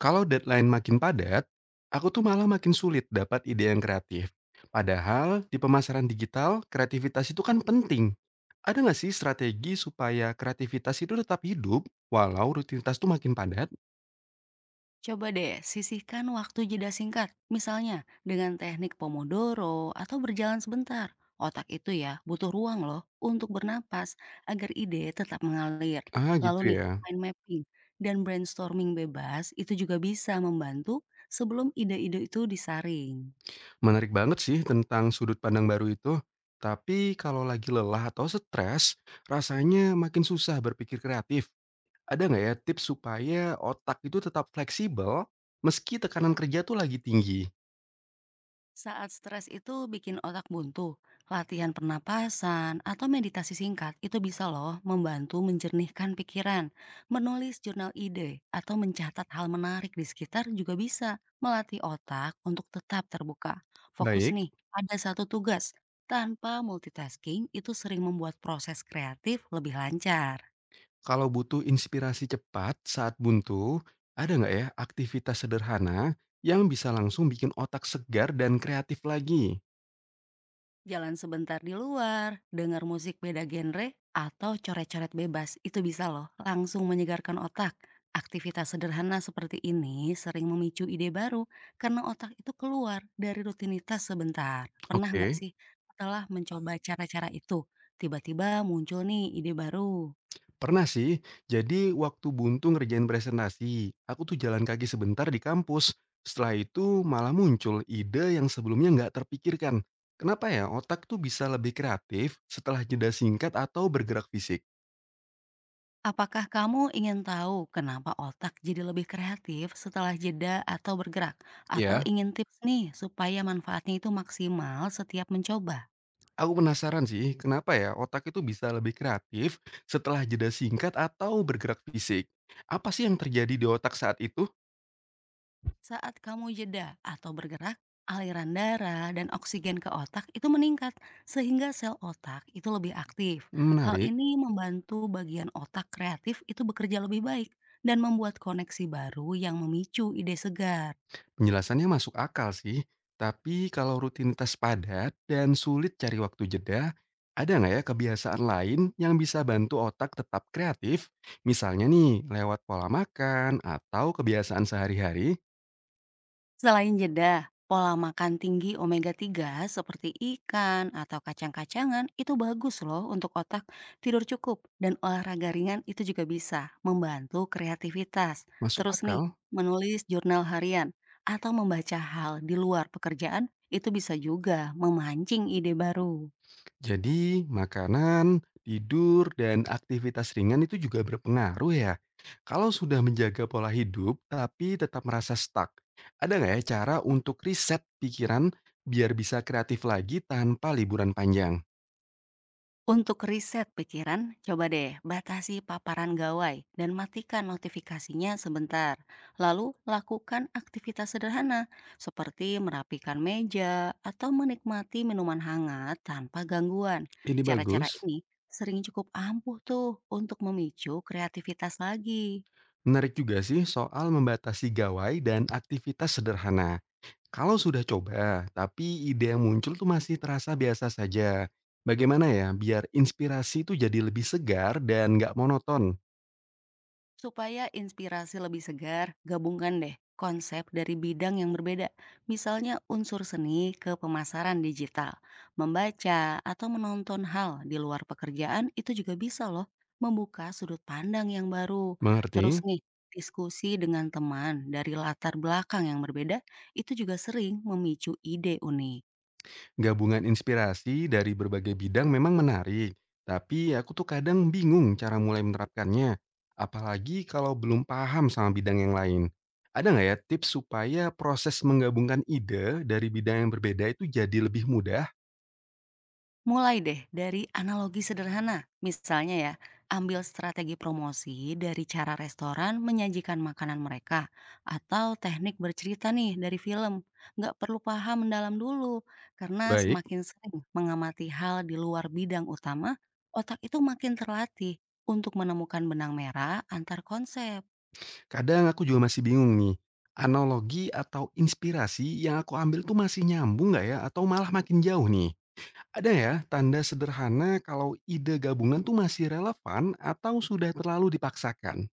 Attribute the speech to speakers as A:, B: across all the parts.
A: Kalau deadline makin padat, aku tuh malah makin sulit dapat ide yang kreatif. Padahal di pemasaran digital, kreativitas itu kan penting. Ada nggak sih strategi supaya kreativitas itu tetap hidup walau rutinitas tuh makin padat?
B: Coba deh sisihkan waktu jeda singkat, misalnya dengan teknik Pomodoro atau berjalan sebentar. Otak itu ya butuh ruang loh untuk bernapas agar ide tetap mengalir.
A: Ah
B: Lalu
A: gitu
B: nih,
A: ya.
B: mind mapping dan brainstorming bebas itu juga bisa membantu sebelum ide-ide itu disaring.
A: Menarik banget sih tentang sudut pandang baru itu. Tapi kalau lagi lelah atau stres, rasanya makin susah berpikir kreatif. Ada nggak ya tips supaya otak itu tetap fleksibel meski tekanan kerja tuh lagi tinggi?
B: Saat stres itu bikin otak buntu, latihan pernapasan, atau meditasi singkat itu bisa loh membantu menjernihkan pikiran. Menulis jurnal ide atau mencatat hal menarik di sekitar juga bisa melatih otak untuk tetap terbuka. Fokus
A: Baik.
B: nih pada satu tugas. Tanpa multitasking itu sering membuat proses kreatif lebih lancar.
A: Kalau butuh inspirasi cepat saat buntu, ada nggak ya aktivitas sederhana yang bisa langsung bikin otak segar dan kreatif lagi?
B: Jalan sebentar di luar, dengar musik beda genre, atau coret-coret bebas, itu bisa loh langsung menyegarkan otak. Aktivitas sederhana seperti ini sering memicu ide baru karena otak itu keluar dari rutinitas sebentar. Pernah nggak
A: Oke,
B: sih setelah mencoba cara-cara itu, tiba-tiba muncul nih ide baru?
A: pernah sih. Jadi waktu buntu ngerjain presentasi, aku tuh jalan kaki sebentar di kampus. Setelah itu malah muncul ide yang sebelumnya nggak terpikirkan. Kenapa ya otak tuh bisa lebih kreatif setelah jeda singkat atau bergerak fisik?
B: Apakah kamu ingin tahu kenapa otak jadi lebih kreatif setelah jeda atau bergerak? Atau
A: Ya.
B: ingin tips nih supaya manfaatnya itu maksimal setiap mencoba?
A: Aku penasaran sih, kenapa ya otak itu bisa lebih kreatif setelah jeda singkat atau bergerak fisik? Apa sih yang terjadi di otak saat itu?
B: Saat kamu jeda atau bergerak, aliran darah dan oksigen ke otak itu meningkat sehingga sel otak itu lebih aktif. Hal
A: Menarik,
B: ini membantu bagian otak kreatif itu bekerja lebih baik dan membuat koneksi baru yang memicu ide segar.
A: penjelasannya masuk akal sih. Tapi kalau rutinitas padat dan sulit cari waktu jeda, ada nggak ya kebiasaan lain yang bisa bantu otak tetap kreatif? Misalnya nih, lewat pola makan atau kebiasaan sehari-hari?
B: Selain jeda, pola makan tinggi omega 3 seperti ikan atau kacang-kacangan itu bagus loh untuk otak. Tidur cukup dan olahraga ringan itu juga bisa membantu kreativitas.
A: Masuk
B: Terus nih,
A: akal?
B: menulis jurnal harian atau membaca hal di luar pekerjaan itu bisa juga memancing ide baru.
A: Jadi, makanan, tidur, dan aktivitas ringan itu juga berpengaruh ya. Kalau sudah menjaga pola hidup tapi tetap merasa stuck, ada nggak ya cara untuk reset pikiran biar bisa kreatif lagi tanpa liburan panjang?
B: Untuk riset pikiran, coba deh batasi paparan gawai dan matikan notifikasinya sebentar. Lalu lakukan aktivitas sederhana seperti merapikan meja atau menikmati minuman hangat tanpa gangguan.
A: Ini
B: Cara-cara
A: bagus.
B: ini sering cukup ampuh tuh untuk memicu kreativitas lagi.
A: Menarik juga sih soal membatasi gawai dan aktivitas sederhana. Kalau sudah coba, tapi ide yang muncul tuh masih terasa biasa saja. Bagaimana ya biar inspirasi itu jadi lebih segar dan nggak monoton?
B: Supaya inspirasi lebih segar, gabungkan deh konsep dari bidang yang berbeda. Misalnya unsur seni ke pemasaran digital. Membaca atau menonton hal di luar pekerjaan itu juga bisa loh membuka sudut pandang yang baru.
A: Mengerti?
B: Terus nih, diskusi dengan teman dari latar belakang yang berbeda itu juga sering memicu ide unik.
A: Gabungan inspirasi dari berbagai bidang memang menarik, tapi aku tuh kadang bingung cara mulai menerapkannya, apalagi kalau belum paham sama bidang yang lain. Ada nggak ya tips supaya proses menggabungkan ide dari bidang yang berbeda itu jadi lebih mudah?
B: Mulai deh dari analogi sederhana. Misalnya ya, ambil strategi promosi dari cara restoran menyajikan makanan mereka atau teknik bercerita nih dari film. Nggak perlu paham mendalam dulu karena
A: Baik,
B: semakin sering mengamati hal di luar bidang utama, otak itu makin terlatih untuk menemukan benang merah antar konsep.
A: kadang aku juga masih bingung nih. Analogi atau inspirasi yang aku ambil tuh masih nyambung nggak ya atau malah makin jauh nih? Ada ya tanda sederhana kalau ide gabungan tuh masih relevan atau sudah terlalu dipaksakan?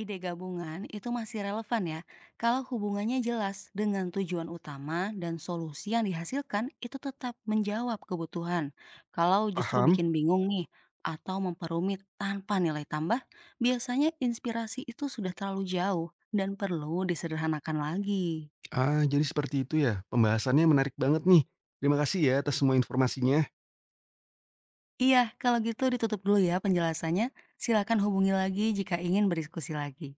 B: Ide gabungan itu masih relevan ya, kalau hubungannya jelas dengan tujuan utama dan solusi yang dihasilkan itu tetap menjawab kebutuhan. Kalau justru
A: Paham.
B: bikin bingung nih, atau memperumit tanpa nilai tambah, biasanya inspirasi itu sudah terlalu jauh dan perlu disederhanakan lagi.
A: Ah, jadi seperti itu ya, pembahasannya menarik banget nih. Terima kasih ya atas semua informasinya.
B: Iya, kalau gitu ditutup dulu ya penjelasannya. Silakan hubungi lagi jika ingin berdiskusi lagi.